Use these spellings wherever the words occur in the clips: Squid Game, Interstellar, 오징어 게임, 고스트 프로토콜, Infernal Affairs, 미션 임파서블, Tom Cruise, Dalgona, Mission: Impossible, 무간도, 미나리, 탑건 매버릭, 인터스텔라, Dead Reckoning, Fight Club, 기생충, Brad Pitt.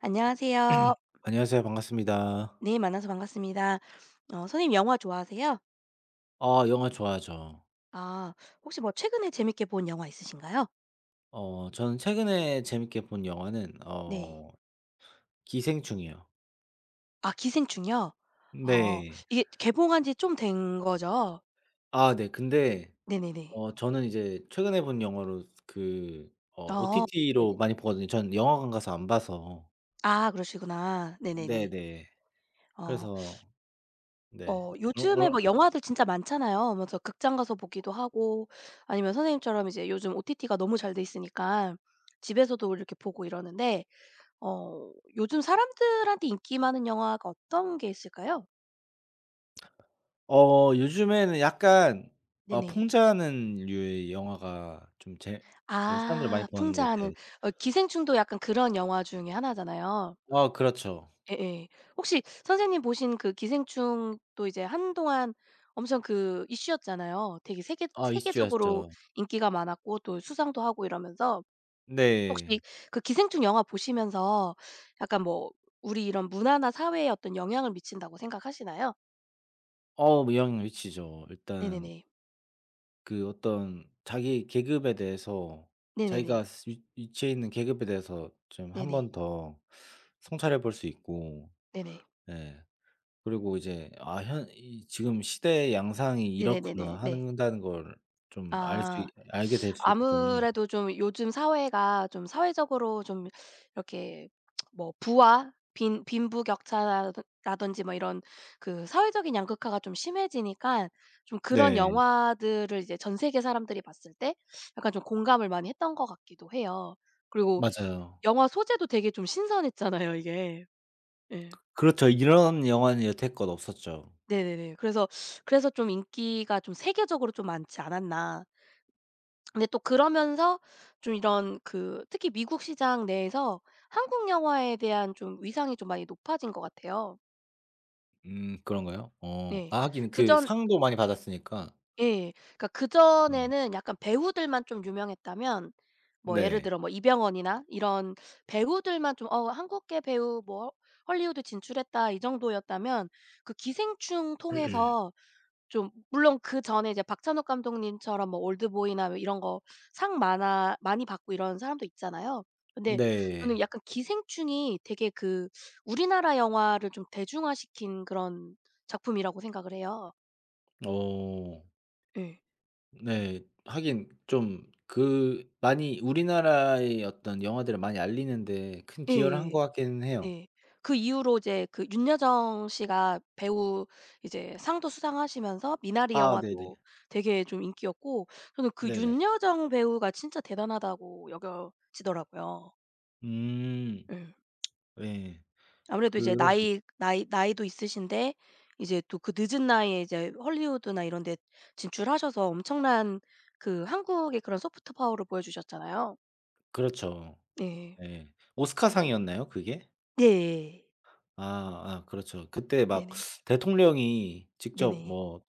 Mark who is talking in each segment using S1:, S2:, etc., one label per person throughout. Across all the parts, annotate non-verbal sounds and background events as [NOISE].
S1: 안녕하세요.
S2: 안녕하세요. 반갑습니다.
S1: 네, 만나서 반갑습니다. 선생님 영화 좋아하세요?
S2: 아, 영화 좋아하죠.
S1: 아, 혹시 뭐 최근에 재밌게 본 영화 있으신가요?
S2: 저는 최근에 재밌게 본 영화는
S1: 네.
S2: 기생충이요.
S1: 아, 기생충이요? 어,
S2: 네.
S1: 이게 개봉한 지 좀 된 거죠?
S2: 아, 네. 근데
S1: 네네네.
S2: 저는 이제 최근에 본 영화로 그
S1: 어, 네네.
S2: OTT로 많이 보거든요. 전 영화관 가서 안 봐서.
S1: 아, 그러시구나. 네네네.
S2: 네네.
S1: 어,
S2: 그래서 네.
S1: 요즘에 뭐
S2: 어
S1: 영화들 진짜 많잖아요. 그래서 극장 가서 보기도 하고, 아니면 선생님처럼 이제 요즘 OTT가 너무 잘 돼 있으니까 집에서도 이렇게 보고 이러는데, 요즘 사람들한테 인기 많은 영화가 어떤 게 있을까요?
S2: 요즘에는 약간
S1: 네네.
S2: 풍자하는 류의 영화가 좀 제 좀 사람들이 많이
S1: 아
S2: 보는 것
S1: 풍자하는.
S2: 같아요.
S1: 기생충도 약간 그런 영화 중에 하나잖아요.
S2: 아, 그렇죠.
S1: 예예. 혹시 선생님 보신 그 기생충도 이제 한동안 엄청 그 이슈였잖아요. 되게 세계
S2: 아,
S1: 세계적으로
S2: 이슈였죠.
S1: 인기가 많았고 또 수상도 하고 이러면서, 혹시
S2: 네.
S1: 그 기생충 영화 보시면서 약간 뭐 우리 이런 문화나 사회에 어떤 영향을 미친다고 생각하시나요?
S2: 미양위치죠, 일단
S1: 네네네.
S2: 그 어떤 자기 계급에 대해서, 자기가
S1: 네네네.
S2: 스 위 위치해 있는 계급에 대해서 좀 한
S1: 네네.
S2: 번 더 성찰해 볼 수 있고,
S1: 네네.
S2: 예, 그리고 이제 '아, 현 이 지금 시대의 양상이 이렇구나.'
S1: 네네네네. 네.
S2: 한다는 걸 좀 알 수
S1: 아.
S2: 알게 될 수 있기 때문에.
S1: 아무래도 좀 요즘 사회가 좀 사회적으로 좀 이렇게 뭐 부와 빈 빈부격차라든 라든지 뭐 이런 그 사회적인 양극화가 좀 심해지니까 좀 그런
S2: 네.
S1: 영화들을 이제 전 세계 사람들이 봤을 때 약간 좀 공감을 많이 했던 것 같기도 해요. 그리고
S2: 맞아요.
S1: 영화 소재도 되게 좀 신선했잖아요 이게. 예.
S2: 그렇죠. 이런 영화는 여태껏 없었죠.
S1: 네네네. 그래서 좀 인기가 좀 세계적으로 좀 많지 않았나. 근데 또 그러면서 좀 이런 그 특히 미국 시장 내에서 한국 영화에 대한 좀 위상이 좀 많이 높아진 것 같아요.
S2: 그런가요?
S1: 예.
S2: 하긴 그
S1: 그전
S2: 상도 많이 받았으니까.
S1: 예. 그러니까
S2: 네.
S1: 그전에는 약간 배우들만 좀 유명했다면 뭐 예를
S2: 네.
S1: 들어 뭐 이병헌이나 이런 배우들만 좀 '어 한국계 배우 뭐 헐리우드 진출했다.' 이 정도였다면 그 기생충 통해서 좀 물론 그전에 이제 박찬욱 감독님처럼 뭐 올드보이나 뭐 이런 거 상 많아 많이 받고 이런 사람도 있잖아요. 근데 저는
S2: 네.
S1: 약간 기생충이 되게 그 우리나라 영화를 좀 대중화시킨 그런 작품이라고 생각을 해요.
S2: 어
S1: 예.
S2: 네. 하긴 좀 그 많이 우리나라의 어떤 영화들을 많이 알리는 데 큰 기여를 한
S1: 예예예.
S2: 것 같기는 해요.
S1: 예. 그 이후로 이제 그 윤여정 씨가 배우 이제 상도 수상하시면서 미나리
S2: 아, 네네.
S1: 영화도 되게 좀 인기였고 저는 그
S2: 네네.
S1: 윤여정 배우가 진짜 대단하다고 여겨지더라고요.
S2: 음.
S1: 예.
S2: 예.
S1: 아무래도 이제
S2: 그럴 수 있
S1: 나이도 있으신데 이제 또 그 늦은 나이에 이제 헐리우드나 이런 데 진출하셔서 엄청난 그 한국의 그런 소프트 파워를 보여주셨잖아요.
S2: 그렇죠.
S1: 네.
S2: 예. 오스카상이었나요, 그게?
S1: 네.
S2: 아 아, 그렇죠. 그때 막
S1: 네네.
S2: 대통령이 직접
S1: 네네.
S2: 뭐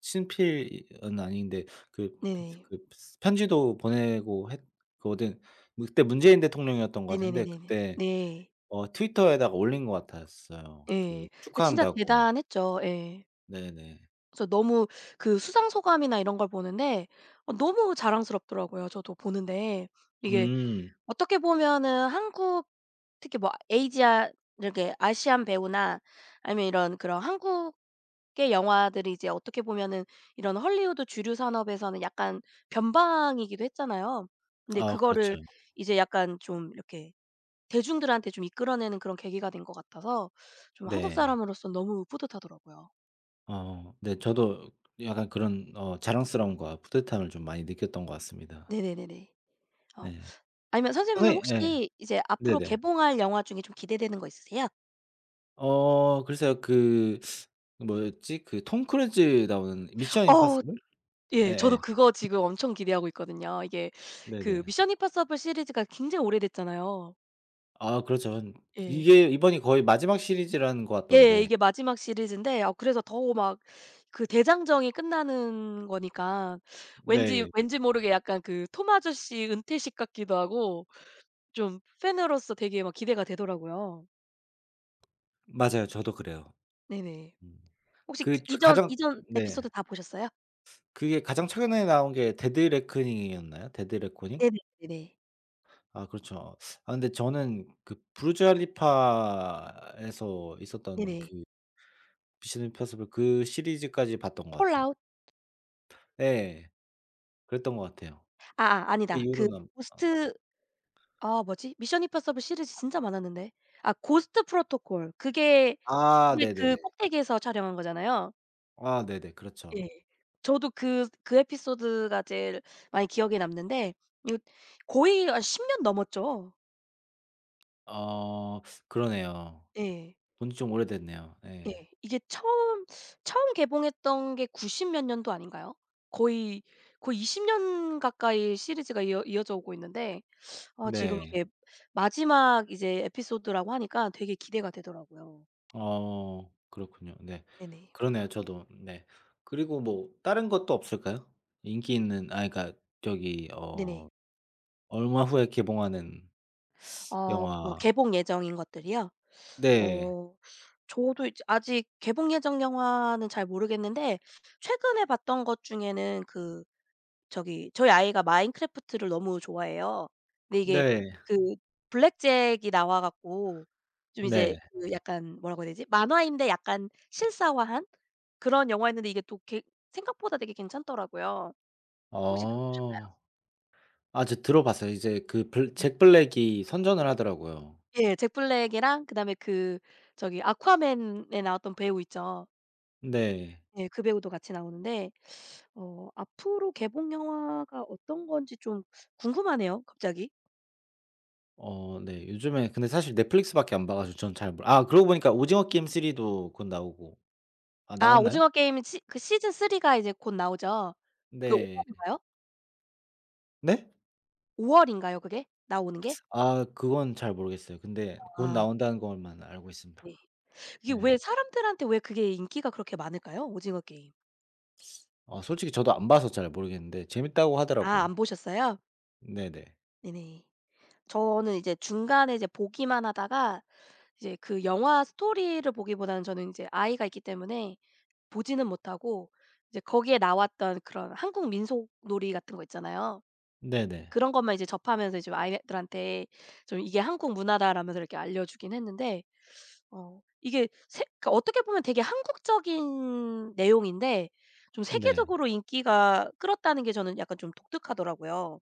S2: 친필은 아닌데, 그
S1: 네네.
S2: 그 편지도 보내고 했거든. 그때 문재인 대통령이었던 것 같은데,
S1: 네네네네네.
S2: 그때
S1: 네.
S2: 트위터에다가 올린 것 같았어요. 그
S1: 예. 그 진짜
S2: 축하한다고.
S1: 대단했죠. 예.
S2: 네네.
S1: 그래서 너무 그 수상 소감이나 이런 걸 보는데 너무 자랑스럽더라고요, 저도 보는데. 이게
S2: 음.
S1: 어떻게 보면은 한국, 특히 뭐 아시아, 이렇게 아시안 배우나 아니면 이런 그런 한국의 영화들이 이제 어떻게 보면은 이런 헐리우드 주류 산업에서는 약간 변방이기도 했잖아요. 근데
S2: 아,
S1: 그거를
S2: 그렇죠.
S1: 이제 약간 좀 이렇게 대중들한테 좀 이끌어내는 그런 계기가 된 것 같아서 좀 한국
S2: 네.
S1: 사람으로서 너무 뿌듯하더라고요.
S2: 네, 저도 약간 그런 자랑스러움과 뿌듯함을 좀 많이 느꼈던 것 같습니다.
S1: 네네네네. 어.
S2: 네.
S1: 아니면 선생님은
S2: 선생님, 예.
S1: 혹시 이제 앞으로
S2: 네네.
S1: 개봉할 영화 중에 좀 기대되는 거 있으세요?
S2: 글쎄요. 그 뭐였지? 그 톰 크루즈 나오는 미션
S1: 어우.
S2: 임파서블?
S1: 예.
S2: 예예.
S1: 저도 그거 지금 엄청 기대하고 있거든요. 이게 그
S2: 네네.
S1: 미션 임파서블 시리즈가 굉장히 오래됐잖아요.
S2: 아, 그렇죠.
S1: 예.
S2: 이게 이번이 거의 마지막 시리즈라는 것
S1: 예.
S2: 같던데.
S1: 이게 마지막 시리즈인데 아 그래서 더 막 그 대장정이 끝나는 거니까 왠지
S2: 네.
S1: 왠지 모르게 약간 그 톰 아저씨 은퇴식 같기도 하고 좀 팬으로서 되게 막 기대가 되더라고요.
S2: 맞아요. 저도 그래요.
S1: 네네.
S2: 음.
S1: 혹시
S2: 그
S1: 기
S2: 최
S1: 이전
S2: 가장,
S1: 이전
S2: 네,
S1: 에피소드 다 보셨어요?
S2: 그게 가장 최근에 나온 게 데드 레코닝이었나요? 데드 레코닝?
S1: 네네. 네네.
S2: 아, 그렇죠. 아, 근데 저는 그 부르즈 할리파에서 있었던
S1: 네네.
S2: 그 미션 임파서블 그 시리즈까지 봤던 것 같아요.
S1: 폴아웃?
S2: 예. 그랬던 것 같아요.
S1: 아아
S2: 그
S1: 아니다. 그
S2: 이후로는.
S1: 고스트. 아 뭐지? 미션 임파서블 시리즈 진짜 많았는데. 아 고스트 프로토콜. 그게
S2: 아,
S1: 그게 그
S2: 네네네.
S1: 꼭대기에서 촬영한 거잖아요.
S2: 아, 네네.
S1: 예.
S2: 그렇죠.
S1: 저도 그 에피소드가 제일 많이 기억에 남는데 이거 거의 한 10년 넘었죠.
S2: 어 그러네요.
S1: 예.
S2: 본지 좀 오래됐네요.
S1: 예.
S2: 예.
S1: 이게 처음 개봉했던 게 90몇 년도 아닌가요? 거의, 거의 20년 가까이 시리즈가 이어져 오고 있는데 아 지금
S2: 네.
S1: 이게 마지막 이제 에피소드라고 하니까 되게 기대가 되더라고요.
S2: 그렇군요. 네.
S1: 네네.
S2: 그러네요, 저도. 네. 그리고 뭐 다른 것도 없을까요? 인기 있는, 아, 그러니까 저기
S1: 네네.
S2: 얼마 후에 개봉하는
S1: 뭐
S2: 영화.
S1: 개봉 예정인 것들이요?
S2: 네.
S1: 어 저도 이제 아직 개봉 예정 영화는 잘 모르겠는데 최근에 봤던 것 중에는 그 저기 저희 아이가 마인크래프트를 너무 좋아해요. 근데 이게
S2: 네.
S1: 그 블랙잭이 나와 갖고 좀 이제
S2: 네.
S1: 그 약간 뭐라고 해야 되지? 만화인데 약간 실사화한 그런 영화였는데 이게 또 개 생각보다 되게 괜찮더라고요. 혹시 그거 보셨나요?
S2: 어. 아, 저 들어봤어요. 이제 그 블 잭 블랙이 선전을 하더라고요.
S1: 예. 잭 블랙이랑 그다음에 그 저기 아쿠아맨에 나왔던 배우 있죠.
S2: 네.
S1: 예. 그 배우도 같이 나오는데 앞으로 개봉 영화가 어떤 건지 좀 궁금하네요 갑자기.
S2: 네. 요즘에 근데 사실 넷플릭스밖에 안 봐 가지고 전 잘 몰라. 아, 그러고 보니까 오징어 게임 3도 곧 나오고. 아,
S1: 아
S2: 나왔나요?
S1: 오징어 게임 시 그 시즌 3가 이제 곧 나오죠. 그 5
S2: 네.
S1: 월인가요?
S2: 네?
S1: 5 월인가요 그게? 나오는 게?
S2: 아, 그건 잘 모르겠어요. 근데 곧
S1: 아
S2: 나온다는 것만 알고 있습니다.
S1: 네. 이게
S2: 네.
S1: 왜 사람들한테 왜 그게 인기가 그렇게 많을까요? 오징어 게임.
S2: 솔직히 저도 안 봐서 잘 모르겠는데 재밌다고
S1: 아
S2: 하더라고요.
S1: 안 보셨어요?
S2: 네네.
S1: 네네. 저는 이제 중간에 이제 보기만 하다가 이제 그 영화 스토리를 보기보다는 저는 인제 아이가 있기 때문에 보지는 못하고 이제 거기에 나왔던 그런 한국 민속놀이 같은 거 있잖아요.
S2: 네네.
S1: 그런 것만 이제 접하면서 이제 아이들한테 좀 "이게 한국 문화다."라면서 이렇게 알려주긴 했는데 어 이게 세 그러니까 어떻게 보면 되게 한국적인 내용인데 좀
S2: 네.
S1: 세계적으로 인기가 끌었다는 게 저는 약간 좀 독특하더라고요.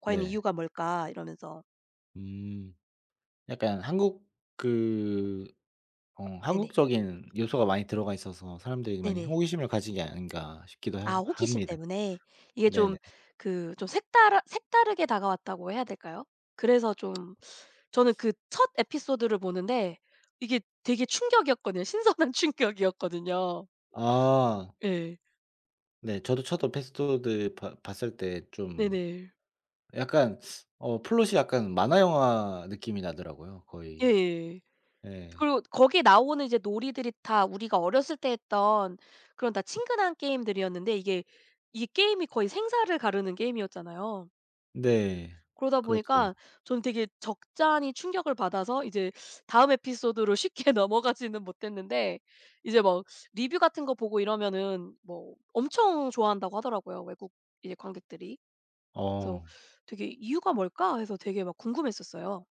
S1: '과연
S2: 네.
S1: 이유가 뭘까?' 이러면서.
S2: 음. 약간 한국 그 어
S1: 네네.
S2: 한국적인 요소가 많이 들어가 있어서 사람들이 많이
S1: 네네.
S2: 호기심을 가진 게 아닌가 싶기도
S1: 아
S2: 함
S1: 호기심
S2: 합니다.
S1: 때문에. 이게
S2: 네네.
S1: 좀 그 좀 색다르게 다가왔다고 해야 될까요? 그래서 좀 저는 그 첫 에피소드를 보는데 이게 되게 충격이었거든요. 신선한 [LAUGHS] 충격이었거든요.
S2: 아,
S1: 예.
S2: 네. 저도 첫업 에피소드 봐 봤을 때 좀
S1: 네네.
S2: 약간 플롯이 약간 만화 영화 느낌이 나더라고요, 거의.
S1: 예예.
S2: 예.
S1: 그리고 거기에 나오는 이제 놀이들이 다 우리가 어렸을 때 했던 그런 다 친근한 게임들이었는데 이게 이 게임이 거의 생사를 가르는 게임이었잖아요.
S2: 네.
S1: 그러다
S2: 그렇죠.
S1: 보니까 저는 되게 적잖이 충격을 받아서 이제 다음 에피소드로 쉽게 [LAUGHS] 넘어가지는 못했는데 이제 막 리뷰 같은 거 보고 이러면은 뭐 엄청 좋아한다고 하더라고요, 외국 이제 관객들이. 그래서
S2: 어.
S1: 되게 '이유가 뭘까?' 해서 되게 막 궁금했었어요.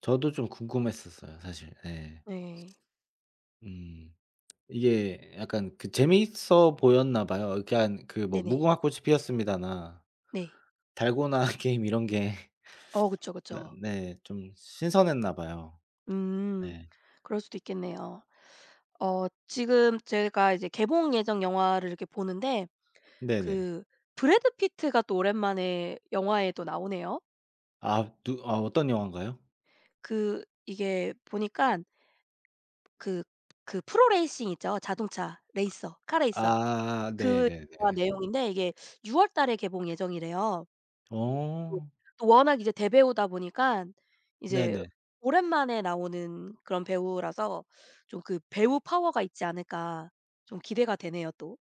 S2: 저도 좀 궁금했었어요, 사실. 예.
S1: 네.
S2: 음. 이게 약간 그 재미있어 보였나 봐요. 그러니깐 그 뭐
S1: 네네.
S2: 무궁화꽃이 피었습니다나
S1: 네.
S2: 달고나 [LAUGHS] 게임 이런 게
S1: 그쵸,
S2: 나
S1: 그쵸.
S2: 네, 좀 신선했나 봐요.
S1: 음.
S2: 네.
S1: 그럴 수도 있겠네요. 지금 제가 이제 개봉 예정 영화를 이렇게 보는데
S2: 네네.
S1: 그 브래드 피트가 또 오랜만에 영화에 또 나오네요.
S2: 아, 누 아 어떤 영화인가요?
S1: 그 이게 보니까 그 그 프로 레이싱 있죠. 자동차 레이서, 카 레이서.
S2: 아,
S1: 그
S2: 네네네.
S1: 영화 내용인데 이게 6월 달에 개봉 예정이래요. 또
S2: 어.
S1: 또 워낙 이제 대배우다 보니까 이제
S2: 네네.
S1: 오랜만에 나오는 그런 배우라서 좀 그 '배우 파워가 있지 않을까.' 좀 기대가 되네요 또.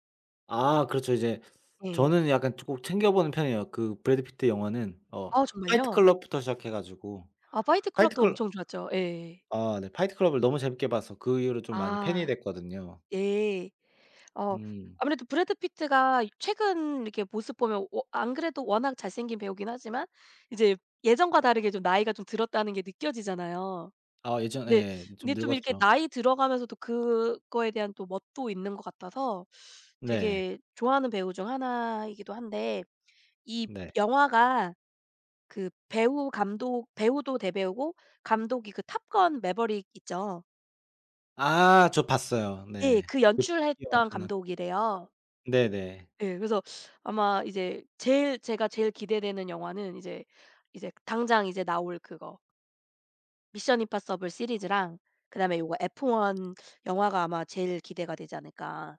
S2: 아, 그렇죠. 이제
S1: 예.
S2: 저는 약간 좀 꼭 챙겨 보는 편이에요. 그 브래드 피트 영화는
S1: 아
S2: 파이트
S1: 정말요?
S2: 클럽부터 시작해 가지고,
S1: 아 파이트
S2: 파이트
S1: 클럽도
S2: 클럽
S1: 엄청 좋았죠. 예.
S2: 아, 네. 파이트 클럽을 너무 재밌게 봐서 그 이후로 좀 많이 팬이
S1: 아
S2: 됐거든요.
S1: 예. 어
S2: 음.
S1: 아무래도 브래드 피트가 최근 이렇게 모습 보면 워 안 그래도 워낙 잘생긴 배우긴 하지만 이제 예전과 다르게 좀 나이가 좀 들었다는 게 느껴지잖아요.
S2: 아, 예전
S1: 네.
S2: 에 좀
S1: 근데 좀 이렇게
S2: 늙었죠.
S1: 나이 들어가면서도 그거에 대한 또 멋도 있는 것 같아서
S2: 네.
S1: 되게 좋아하는 배우 중 하나이기도 한데 이
S2: 네.
S1: 영화가 그 배우 감독 배우도 대배우고 감독이 그 탑건 매버릭 있죠.
S2: 아, 저 봤어요.
S1: 예.
S2: 네.
S1: 그
S2: 그
S1: 연출했던
S2: 영화잖아.
S1: 감독이래요.
S2: 네네.
S1: 예. 그래서 아마 이제 제일 제가 제일 기대되는 영화는 이제 당장 이제 나올 그거 미션 임파서블 시리즈랑 그다음에 요거 F1 영화가 아마 제일 기대가 되지 않을까.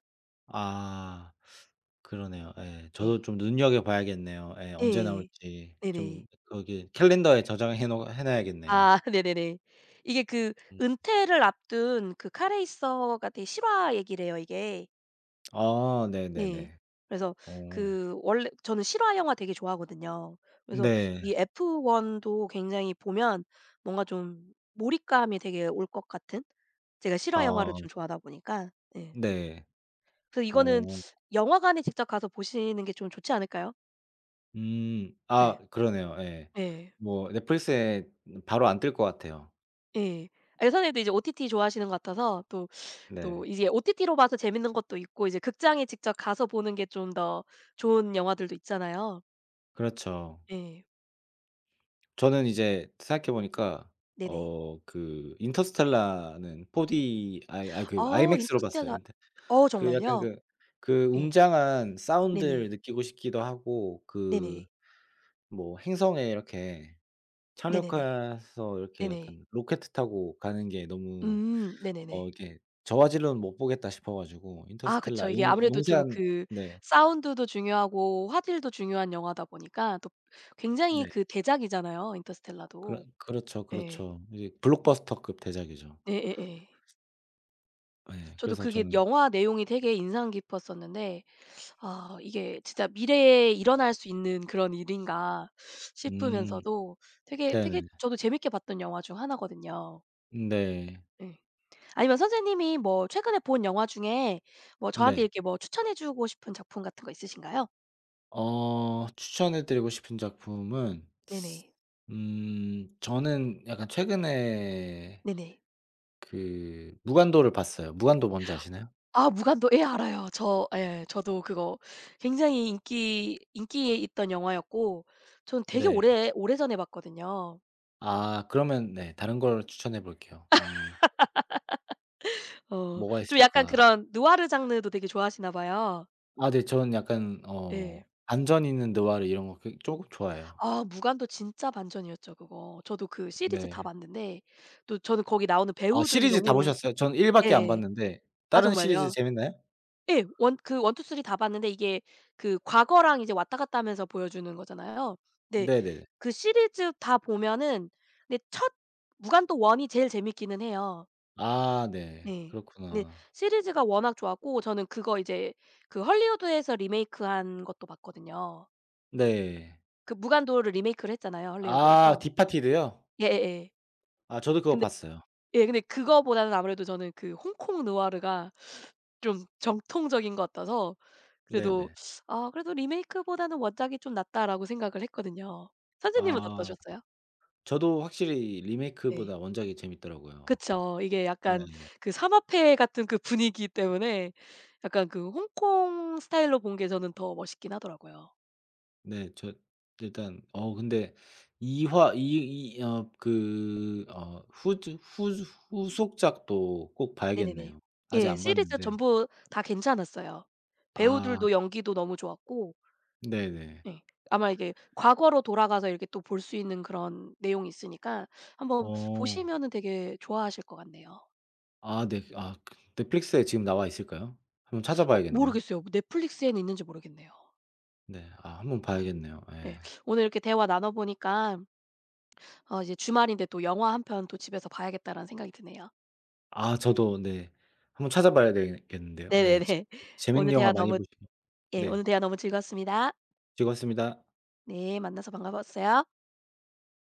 S2: 아. 그러네요. 예.
S1: 예.
S2: 저도 좀 눈여겨 봐야겠네요. 예. 언제
S1: 예.
S2: 나올지 좀
S1: 네네.
S2: 거기 캘린더에 저장해 놓 해 놔야겠네요.
S1: 아 [LAUGHS] 네네네. 이게 그
S2: 음.
S1: 은퇴를 앞둔 그 카레이서가 되게 실화 얘기래요 이게.
S2: 아,
S1: 예.
S2: 네네네.
S1: 그래서
S2: 어.
S1: 그 원래 저는 실화 영화 되게 좋아하거든요. 그래서
S2: 네.
S1: 이 F1도 굉장히 보면 뭔가 좀 몰입감이 되게 올 것 같은? 제가 실화 영화를
S2: 아,
S1: 좀 좋아하다 보니까. 예.
S2: 네.
S1: 그래서 이거는
S2: 어.
S1: 영화관에 직접 가서 보시는 게 좀 좋지 않을까요?
S2: 음. 아,
S1: 예.
S2: 그러네요. 예.
S1: 예.
S2: 뭐 넷플릭스에 바로 안 뜰 것 같아요.
S1: 예. 아선에도 이제 OTT 좋아하시는 것 같아서 또 또
S2: 네.
S1: 이제 OTT로 봐서 재밌는 것도 있고 이제 극장에 직접 가서 보는 게 좀 더 좋은 영화들도 있잖아요.
S2: 그렇죠.
S1: 예.
S2: 저는 이제 생각해 보니까
S1: 네네.
S2: 그 인터스텔라는 4D 아이 아이 그 IMAX로 봤어요.
S1: 인터스텔라.
S2: 인터 그 약간
S1: 정말요?
S2: 그
S1: 예.
S2: 웅장한 사운드를
S1: 네네.
S2: 느끼고 싶기도 하고,
S1: 네네.
S2: 뭐 행성에 이렇게
S1: 네네네.
S2: 착륙해서 이렇게
S1: 네네.
S2: 약간 로켓 타고 가는 게 너무
S1: 음. 네네네.
S2: 이렇게 저화질로는 못 보겠다 싶어 가지고
S1: 아 그쵸.
S2: 인터스텔라,
S1: 이게
S2: 용
S1: 아무래도 좀
S2: 용산.
S1: 그
S2: 네.
S1: 사운드도 중요하고 화질도 중요한 영화다 보니까 또 굉장히
S2: 네.
S1: 그 대작이잖아요, 인터스텔라도.
S2: 그렇죠,
S1: 예.
S2: 그렇죠. 이제 블록버스터급 대작이죠.
S1: 예예예.
S2: 예.
S1: 저도
S2: 그래서
S1: 그게
S2: 저는,
S1: 영화 내용이 되게 인상 깊었었는데 '아 이게 진짜 미래에 일어날 수 있는 그런 일인가.'
S2: 음,
S1: 싶으면서도 되게 되게
S2: 네네.
S1: 저도 재밌게 봤던 영화 중 하나거든요.
S2: 네.
S1: 예. 아니면 선생님이 뭐 최근에 본 영화 중에 뭐 저한테
S2: 네.
S1: 이렇게 뭐 추천해 주고 싶은 작품 같은 거 있으신가요?
S2: 추천해 드리고 싶은 작품은,
S1: 네네.
S2: 저는 약간 최근에
S1: 네네.
S2: 그 무간도를 봤어요. 무간도 뭔지 아시나요?
S1: 아 무간도 예 알아요. 저 예 저도 그거 굉장히 인기에 있던 영화였고 전 되게
S2: 네.
S1: 오래 오래전에 봤거든요.
S2: 아, 그러면, 네, 다른 걸 추천해 볼게요. 뭐가
S1: 좀 약간
S2: 있을까?
S1: 그런 누아르 장르도 되게 좋아하시나 봐요.
S2: 아, 네, 저는 약간
S1: 예.
S2: 반전 있는 느와르 이런 거 그 쪼금 좋아해요.
S1: 아 무간도 진짜 반전이었죠 그거. 저도 그 시리즈 다
S2: 네.
S1: 봤는데 또 저는 거기 나오는
S2: 아,
S1: 배우들이
S2: 시리즈 다
S1: 너무.
S2: 보셨어요? 전 1 밖에 안
S1: 예.
S2: 봤는데
S1: 아
S2: 다른 시리즈
S1: 정말요?
S2: 재밌나요?
S1: 예. 원 그 1, 2, 3 다 봤는데 이게 그 과거랑 이제 왔다 갔다 하면서 보여주는 거잖아요. 네,
S2: 네네.
S1: 그 시리즈 다 보면은 근데 첫 무간도 1이 제일 재밌기는 해요.
S2: 아, 네.
S1: 네. 근데
S2: 그렇구나.
S1: 시리즈가 워낙 좋았고 저는 그거 이제 그 할리우드에서 리메이크한 것도 봤거든요.
S2: 네.
S1: 그 무간도를 리메이크를 했잖아요,
S2: 아,
S1: 할리우드에서.
S2: 디파티드요?
S1: 예예예.
S2: 아, 저도 그거
S1: 근데
S2: 봤어요.
S1: 예 근데 그거보다는 아무래도 저는 그 홍콩 느와르가 좀 정통적인 것 같아서 그래도
S2: 네네.
S1: '아 그래도 리메이크보다는 원작이 좀 낫다.'라고 생각을 했거든요. 선생님은
S2: 아,
S1: 어떠셨어요?
S2: 저도 확실히
S1: 네.
S2: 리메이크보다 원작이 재밌더라고요.
S1: 그쵸. 이게 약간
S2: 예예.
S1: 그 삼합회 같은 그 분위기 때문에 약간 그 홍콩 스타일로 본 게 저는 더 멋있긴 하더라고요.
S2: 네. 저 일단 근데 이화 이 이 어 그 어 후즈 후즈 후속작도 꼭
S1: 네네네.
S2: 봐야겠네요. 아직
S1: 예.
S2: 안
S1: 시리즈
S2: 봤는데.
S1: 전부 다 괜찮았어요.
S2: 아,
S1: 배우들도 연기도 너무 좋았고
S2: 네네.
S1: 예. 아마 이게 과거로 돌아가서 이렇게 또 볼 수 있는 그런 내용이 있으니까 한번
S2: 어.
S1: 보시면은 되게 좋아하실 것 같네요.
S2: 아, 네. 아, 그 넷플릭스에 지금 나와 있을까요? 한번 찾아봐야겠네요.
S1: 모르겠어요. 넷플릭스에는 있는지 모르겠네요.
S2: 네. 아, 한번
S1: 예.
S2: 봐야겠네요. 예.
S1: 예. 오늘 이렇게 대화 나눠 보니까 이제 주말인데 또 '영화 한 편 또 집에서 봐야겠다.'라는 생각이 드네요.
S2: 아, 저도 네. 한번 찾아봐야 되겠는데요. 네. 재
S1: 네네네.
S2: 재밌는
S1: 오늘
S2: 영화
S1: 대화
S2: 많이
S1: 너무
S2: 보시고,
S1: 예
S2: 네,
S1: 오늘 대화 너무 즐거웠습니다.
S2: 즐거웠습니다.
S1: 네. 만나서 반가웠어요.